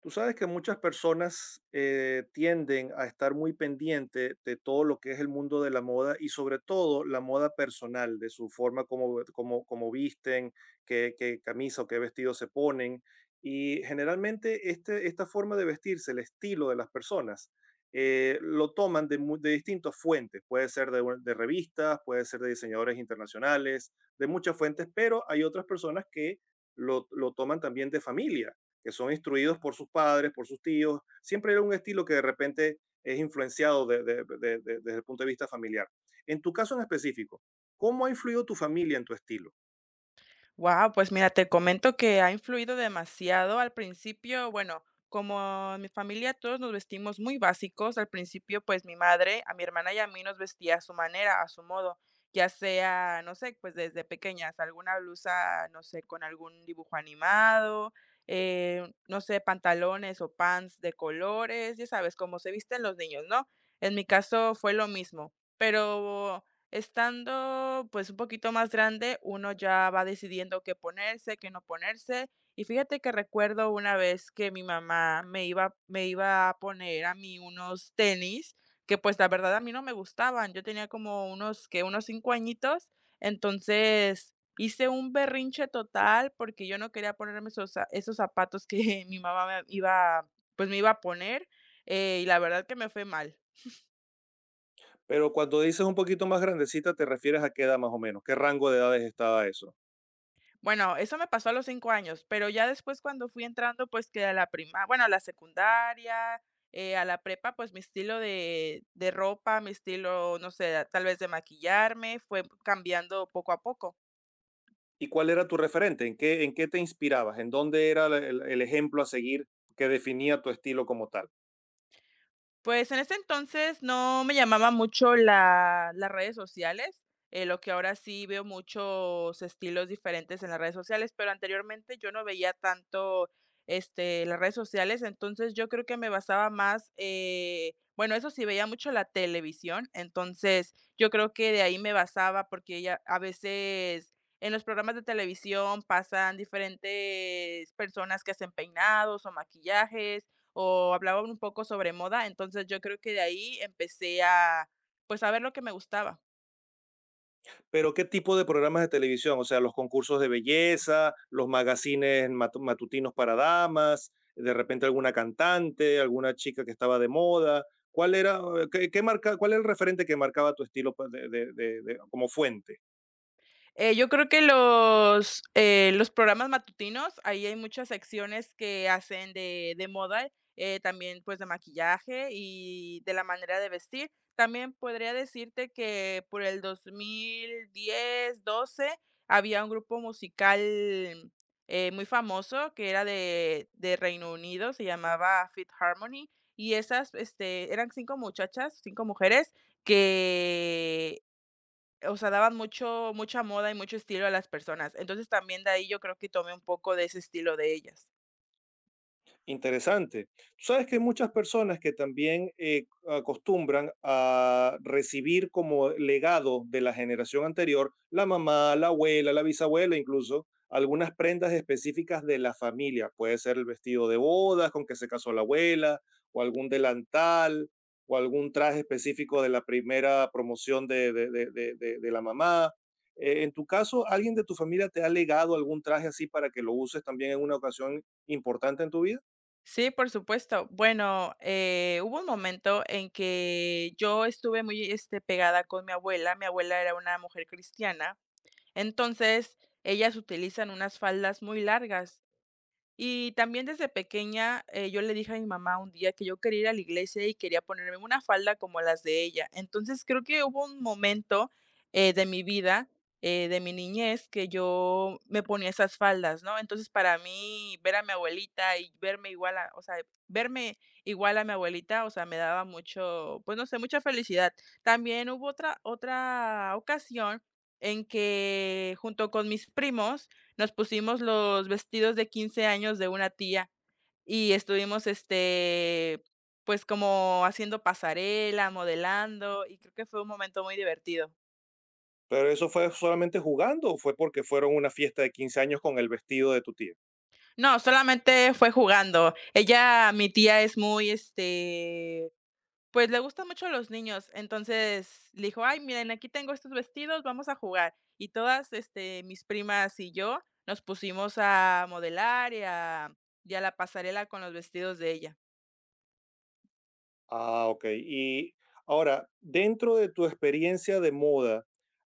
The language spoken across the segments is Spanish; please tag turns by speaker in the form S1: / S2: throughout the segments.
S1: Tú sabes que muchas personas tienden a estar muy pendiente de todo lo que es el mundo de la moda y sobre todo la moda personal, de su forma como visten, qué camisa o qué vestido se ponen. Y generalmente esta forma de vestirse, el estilo de las personas, lo toman de distintas fuentes. Puede ser de revistas, puede ser de diseñadores internacionales, de muchas fuentes, pero hay otras personas que lo toman también de familia, que son instruidos por sus padres, por sus tíos. Siempre era un estilo que de repente es influenciado desde el punto de vista familiar. En tu caso en específico, ¿cómo ha influido tu familia en tu estilo?
S2: Wow, pues mira, te comento que ha influido demasiado. Al principio, bueno, como en mi familia todos nos vestimos muy básicos, al principio pues mi madre, a mi hermana y a mí nos vestía a su manera, a su modo, ya sea, no sé, pues desde pequeñas, alguna blusa, no sé, con algún dibujo animado, no sé, pantalones o pants de colores, ya sabes, como se visten los niños, ¿no? En mi caso fue lo mismo, pero estando, pues, un poquito más grande, uno ya va decidiendo qué ponerse, qué no ponerse. Y fíjate que recuerdo una vez que mi mamá me iba a poner a mí unos tenis que, pues, la verdad a mí no me gustaban. Yo tenía como unos, que unos 5 añitos. Entonces, hice un berrinche total porque yo no quería ponerme esos zapatos que mi mamá me iba, pues, me iba a poner, y la verdad que me fue mal.
S1: Pero cuando dices un poquito más grandecita, ¿te refieres a qué edad más o menos? ¿Qué rango de edades estaba eso?
S2: Bueno, eso me pasó a los 5 años, pero ya después cuando fui entrando, pues que a la prima bueno, a la secundaria, a la prepa, pues mi estilo de ropa, mi estilo, no sé, tal vez de maquillarme, fue cambiando poco a poco.
S1: ¿Y cuál era tu referente? En qué te inspirabas? ¿En dónde era el ejemplo a seguir que definía tu estilo como tal?
S2: Pues, en ese entonces no me llamaba mucho la las redes sociales, lo que ahora sí veo muchos estilos diferentes en las redes sociales, pero anteriormente yo no veía tanto, este, las redes sociales, entonces yo creo que me basaba más, bueno, eso sí, veía mucho la televisión, entonces yo creo que de ahí me basaba, porque ya a veces en los programas de televisión pasan diferentes personas que hacen peinados o maquillajes, o hablaban un poco sobre moda, entonces yo creo que de ahí empecé a, pues, a ver lo que me gustaba.
S1: Pero ¿qué tipo de programas de televisión? O sea, los concursos de belleza, los magazines matutinos para damas, de repente alguna cantante, alguna chica que estaba de moda. ¿Cuál era, qué marca, cuál era el referente que marcaba tu estilo pues, como fuente?
S2: Yo creo que los programas matutinos, ahí hay muchas secciones que hacen de moda, también pues de maquillaje y de la manera de vestir. También podría decirte que por el 2010, 2012 había un grupo musical muy famoso que era de Reino Unido, se llamaba Fit Harmony, y eran cinco muchachas, cinco mujeres, que o sea, daban mucho mucha moda y mucho estilo a las personas. Entonces, también de ahí yo creo que tomé un poco de ese estilo de ellas.
S1: Interesante. Tú sabes que hay muchas personas que también acostumbran a recibir como legado de la generación anterior, la mamá, la abuela, la bisabuela, incluso algunas prendas específicas de la familia. Puede ser el vestido de bodas con que se casó la abuela, o algún delantal, o algún traje específico de la primera promoción de la mamá. En tu caso, ¿alguien de tu familia te ha legado algún traje así para que lo uses también en una ocasión importante en tu vida?
S2: Sí, por supuesto. Bueno, hubo un momento en que yo estuve muy, este, pegada con mi abuela. Mi abuela era una mujer cristiana. Entonces, ellas utilizan unas faldas muy largas. Y también desde pequeña, yo le dije a mi mamá un día que yo quería ir a la iglesia y quería ponerme una falda como las de ella. Entonces, creo que hubo un momento, de mi vida, de mi niñez, que yo me ponía esas faldas, ¿no? Entonces, para mí, ver a mi abuelita y verme igual a, o sea, verme igual a mi abuelita, o sea, me daba mucho, pues no sé, mucha felicidad. También hubo otra ocasión en que junto con mis primos, nos pusimos los vestidos de 15 años de una tía y estuvimos, este, pues como haciendo pasarela, modelando y creo que fue un momento muy divertido.
S1: Pero eso fue solamente jugando o fue porque fueron una fiesta de 15 años con el vestido de tu tía.
S2: No, solamente fue jugando. Ella, mi tía es muy, este, pues le gustan mucho los niños, entonces le dijo, ay, miren, aquí tengo estos vestidos, vamos a jugar. Y todas, este, mis primas y yo nos pusimos a modelar y a la pasarela con los vestidos de ella.
S1: Ah, ok. Y ahora, dentro de tu experiencia de moda,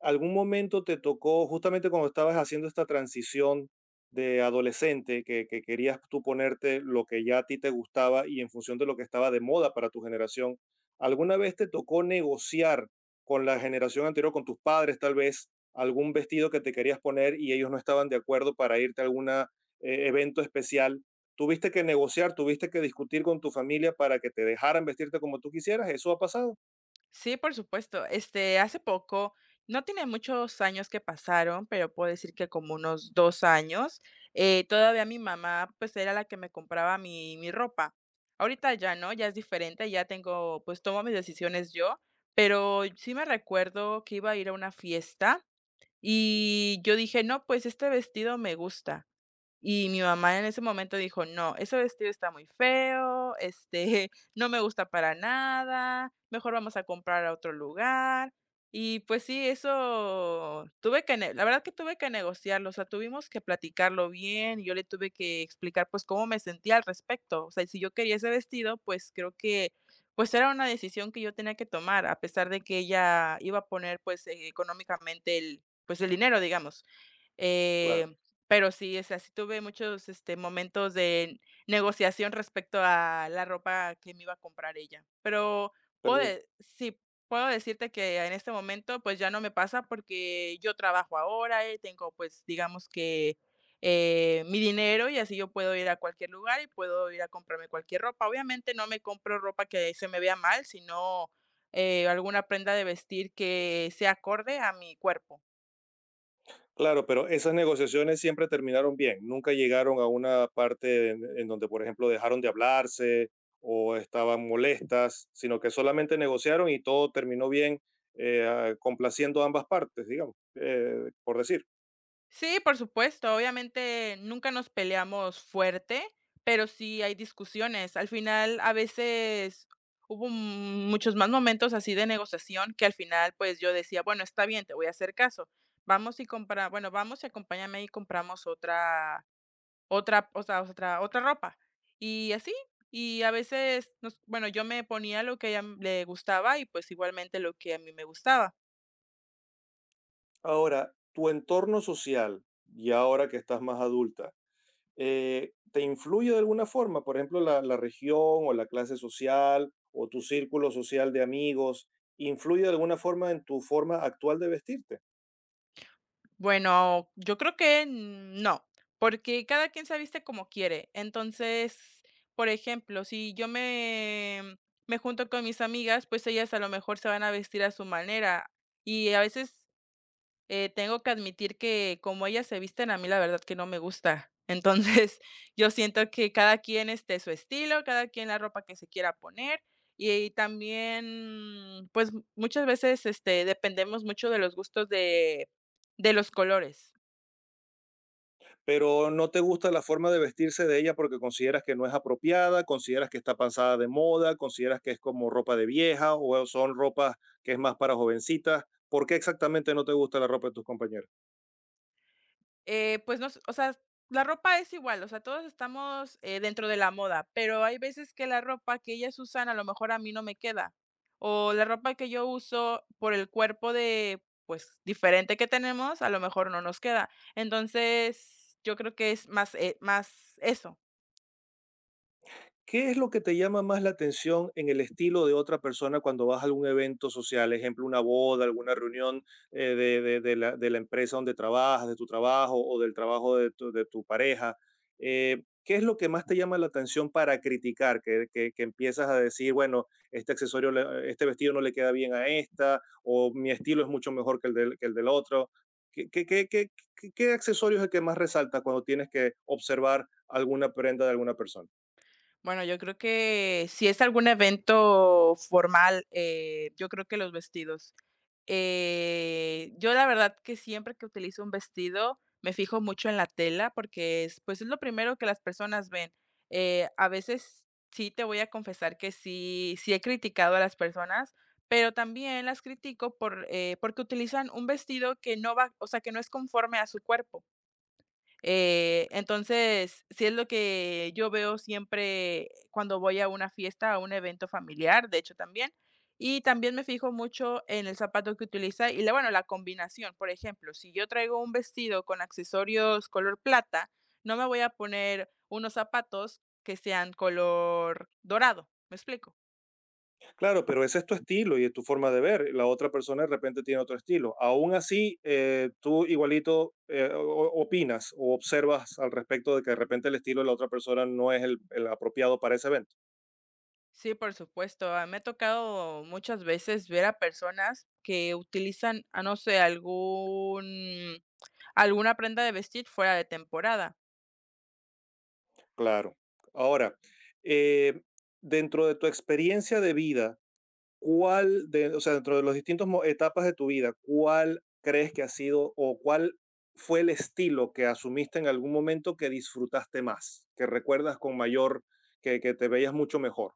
S1: ¿algún momento te tocó, justamente cuando estabas haciendo esta transición de adolescente, que, querías tú ponerte lo que ya a ti te gustaba y en función de lo que estaba de moda para tu generación, ¿alguna vez te tocó negociar con la generación anterior, con tus padres tal vez, algún vestido que te querías poner y ellos no estaban de acuerdo para irte a algún evento especial? ¿Tuviste que negociar, tuviste que discutir con tu familia para que te dejaran vestirte como tú quisieras? ¿Eso ha pasado?
S2: Sí, por supuesto. Este, hace poco, no tiene muchos años que pasaron, pero puedo decir que como unos 2 años, todavía mi mamá, pues, era la que me compraba mi ropa. Ahorita ya no, ya es diferente, ya tengo, pues, tomo mis decisiones yo, pero sí me recuerdo que iba a ir a una fiesta y yo dije: "No, pues, este vestido me gusta". Y mi mamá en ese momento dijo: "No, ese vestido está muy feo, este, no me gusta para nada, mejor vamos a comprar a otro lugar". Y, pues sí, eso tuve que ne la verdad que tuve que negociarlo, o sea, tuvimos que platicarlo bien, y yo le tuve que explicar, pues, cómo me sentía al respecto. O sea, si yo quería ese vestido, pues, creo que, pues, era una decisión que yo tenía que tomar, a pesar de que ella iba a poner, pues, económicamente el, pues, el dinero, digamos. Eh,
S1: Claro.
S2: pero sí, o sea, sí tuve muchos, este, momentos de negociación respecto a la ropa que me iba a comprar ella. Pero puedo de sí, puedo decirte que en este momento, pues, ya no me pasa porque yo trabajo ahora, y tengo, pues, digamos que, mi dinero y así yo puedo ir a cualquier lugar y puedo ir a comprarme cualquier ropa. Obviamente, no me compro ropa que se me vea mal, sino, alguna prenda de vestir que sea acorde a mi cuerpo.
S1: Claro, pero esas negociaciones siempre terminaron bien. Nunca llegaron a una parte en donde, por ejemplo, dejaron de hablarse o estaban molestas, sino que solamente negociaron y todo terminó bien, complaciendo a ambas partes, digamos, por decir.
S2: Sí, por supuesto. Obviamente nunca nos peleamos fuerte, pero sí hay discusiones. Al final, a veces hubo muchos más momentos así de negociación que al final, pues yo decía, bueno, está bien, te voy a hacer caso. Vamos y compra, bueno, vamos y acompáñame y compramos o sea, otra ropa. Y así, y a veces, bueno, yo me ponía lo que a ella le gustaba y pues igualmente lo que a mí me gustaba.
S1: Ahora, tu entorno social y ahora que estás más adulta, ¿te influye de alguna forma? Por ejemplo, la región o la clase social o tu círculo social de amigos, ¿influye de alguna forma en tu forma actual de vestirte?
S2: Bueno, yo creo que no, porque cada quien se viste como quiere. Entonces, por ejemplo, si yo me junto con mis amigas, pues ellas a lo mejor se van a vestir a su manera y a veces tengo que admitir que como ellas se visten, a mí la verdad que no me gusta. Entonces, yo siento que cada quien esté su estilo, cada quien la ropa que se quiera poner y, también, pues muchas veces este, dependemos mucho de los gustos de los colores.
S1: Pero no te gusta la forma de vestirse de ella porque consideras que no es apropiada, consideras que está pasada de moda, consideras que es como ropa de vieja o son ropas que es más para jovencitas. ¿Por qué exactamente no te gusta la ropa de tus compañeros?
S2: Pues, no s o sea, la ropa es igual, o sea, todos estamos, dentro de la moda, pero hay veces que la ropa que ellas usan, a lo mejor a mí no me queda, o la ropa que yo uso por el cuerpo de, pues, diferente que tenemos, a lo mejor no nos queda. Entonces, yo creo que es más, más eso.
S1: ¿Qué es lo que te llama más la atención en el estilo de otra persona cuando vas a algún evento social? Ejemplo, una boda, alguna reunión de la empresa donde trabajas, de tu trabajo o del trabajo de tu pareja. ¿Qué es lo que más te llama la atención para criticar? Que empiezas a decir, bueno, este accesorio, le- este vestido no le queda bien a esta, o mi estilo es mucho mejor que el del otro. ¿Qué, qué, qué, qué, qué accesorio es el que más resalta cuando tienes que observar alguna prenda de alguna persona?
S2: Bueno, yo creo que si es algún evento formal, yo creo que los vestidos. Yo la verdad que siempre que utilizo un vestido me fijo mucho en la tela porque es, pues, es lo primero que las personas ven. A veces sí te voy a confesar que sí, sí he criticado a las personas, pero también las critico por, porque utilizan un vestido que no va, o sea, que no es conforme a su cuerpo. Entonces, sí es lo que yo veo siempre cuando voy a una fiesta, a un evento familiar, de hecho también. Y también me fijo mucho en el zapato que utiliza y la, bueno, la combinación. Por ejemplo, si yo traigo un vestido con accesorios color plata, no me voy a poner unos zapatos que sean color dorado. ¿Me explico?
S1: Claro, pero ese es tu estilo y es tu forma de ver. La otra persona de repente tiene otro estilo. Aún así, tú igualito opinas o observas al respecto de que de repente el estilo de la otra persona no es el apropiado para ese evento.
S2: Sí, por supuesto. Ah, me ha tocado muchas veces ver a personas que utilizan, ah, no sé, algún alguna prenda de vestir fuera de temporada.
S1: Claro. Ahora, eh, dentro de tu experiencia de vida, ¿cuál de, o sea, dentro de los distintos etapas de tu vida, cuál crees que ha sido o cuál fue el estilo que asumiste en algún momento que disfrutaste más, que recuerdas con mayor, que te veías mucho mejor?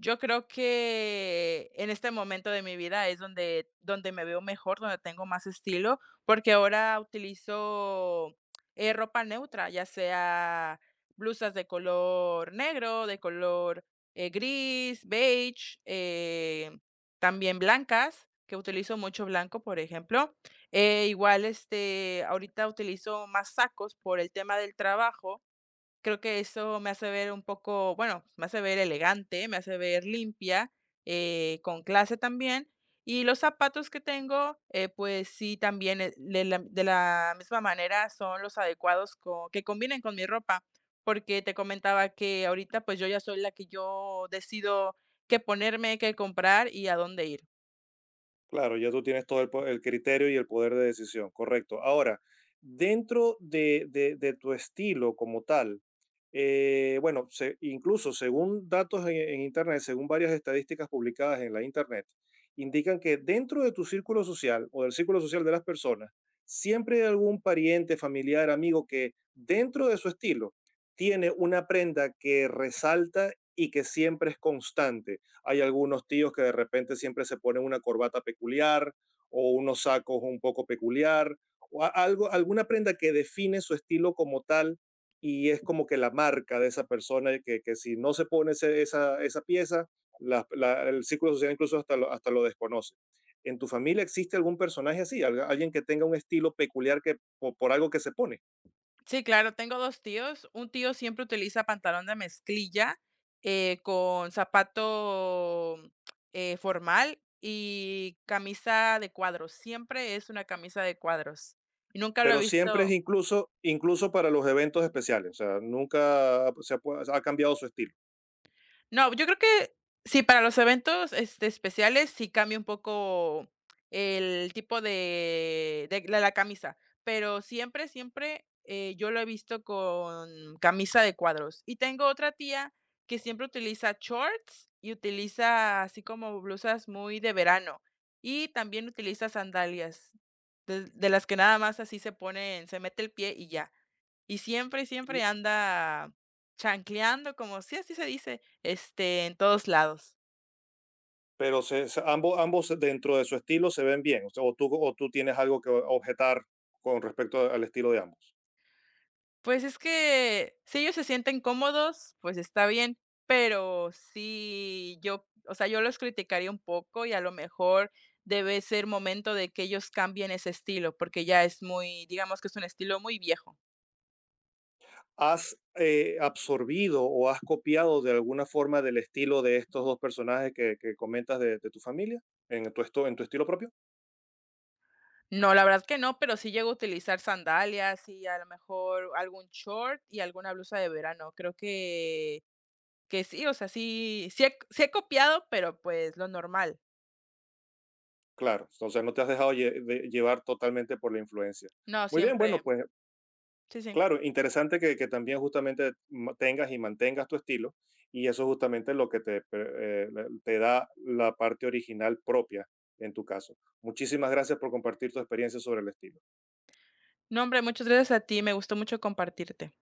S2: Yo creo que en este momento de mi vida es donde me veo mejor, donde tengo más estilo, porque ahora utilizo, ropa neutra, ya sea blusas de color negro, de color, gris, beige, también blancas, que utilizo mucho blanco, por ejemplo. Igual, este, ahorita utilizo más sacos por el tema del trabajo. Creo que eso me hace ver un poco, bueno, me hace ver elegante, me hace ver limpia, con clase también. Y los zapatos que tengo, pues sí, también de la misma manera son los adecuados que combinen con mi ropa, porque te comentaba que ahorita pues yo ya soy la que yo decido qué ponerme, qué comprar y a dónde ir.
S1: Claro, ya tú tienes todo el criterio y el poder de decisión, correcto. Ahora, dentro de tu estilo como tal, incluso según datos en Internet, según varias estadísticas publicadas en la Internet, indican que dentro de tu círculo social o del círculo social de las personas, siempre hay algún pariente, familiar, amigo que dentro de su estilo tiene una prenda que resalta y que siempre es constante. Hay algunos tíos que de repente siempre se ponen una corbata peculiar o unos sacos un poco peculiar o algo, alguna prenda que define su estilo como tal y es como que la marca de esa persona y que si no se pone esa pieza, el círculo social incluso hasta lo desconoce. ¿En tu familia existe algún personaje así? Alguien que tenga un estilo peculiar que, po- por, algo que se pone.
S2: Sí, claro, tengo 2 tíos. Un tío siempre utiliza pantalón de mezclilla, con zapato, formal y camisa de cuadros. Siempre es una camisa de cuadros. Y nunca lo he
S1: Pero siempre es
S2: visto.
S1: incluso, incluso para los eventos especiales. O sea, nunca se ha ha cambiado su estilo.
S2: No, yo creo que sí, para los eventos, este, especiales sí cambia un poco el tipo de la camisa, pero siempre, siempre, yo lo he visto con camisa de cuadros. Y tengo otra tía que siempre utiliza shorts y utiliza así como blusas muy de verano, y también utiliza sandalias, de las que nada más así se ponen se mete el pie y ya. Y siempre, siempre anda chancleando, como sí, así se dice, este, en todos lados.
S1: Pero ambos, ambos dentro de su estilo se ven bien. O sea, o tú tienes algo que objetar con respecto al estilo de ambos.
S2: Pues es que si ellos se sienten cómodos, pues está bien, pero sí, yo, o sea, yo los criticaría un poco y a lo mejor debe ser momento de que ellos cambien ese estilo, porque ya es muy, digamos que es un estilo muy viejo.
S1: ¿Has absorbido o has copiado de alguna forma del estilo de estos dos personajes que comentas de tu familia en tu, esto, en tu estilo propio?
S2: No, la verdad que no, pero sí llego a utilizar sandalias y a lo mejor algún short y alguna blusa de verano. Creo que sí, o sea, sí, sí he copiado, pero, pues, lo normal.
S1: Claro, entonces no te has dejado llevar totalmente por la influencia.
S2: No,
S1: Muy bien, bueno,
S2: siempre
S1: pues.
S2: sí, sí.
S1: Claro, interesante que también justamente tengas y mantengas tu estilo y eso justamente es lo que te, te da la parte original propia en tu caso. Muchísimas gracias por compartir tu experiencia sobre el estilo.
S2: No, hombre, muchas gracias a ti, me gustó mucho compartirte.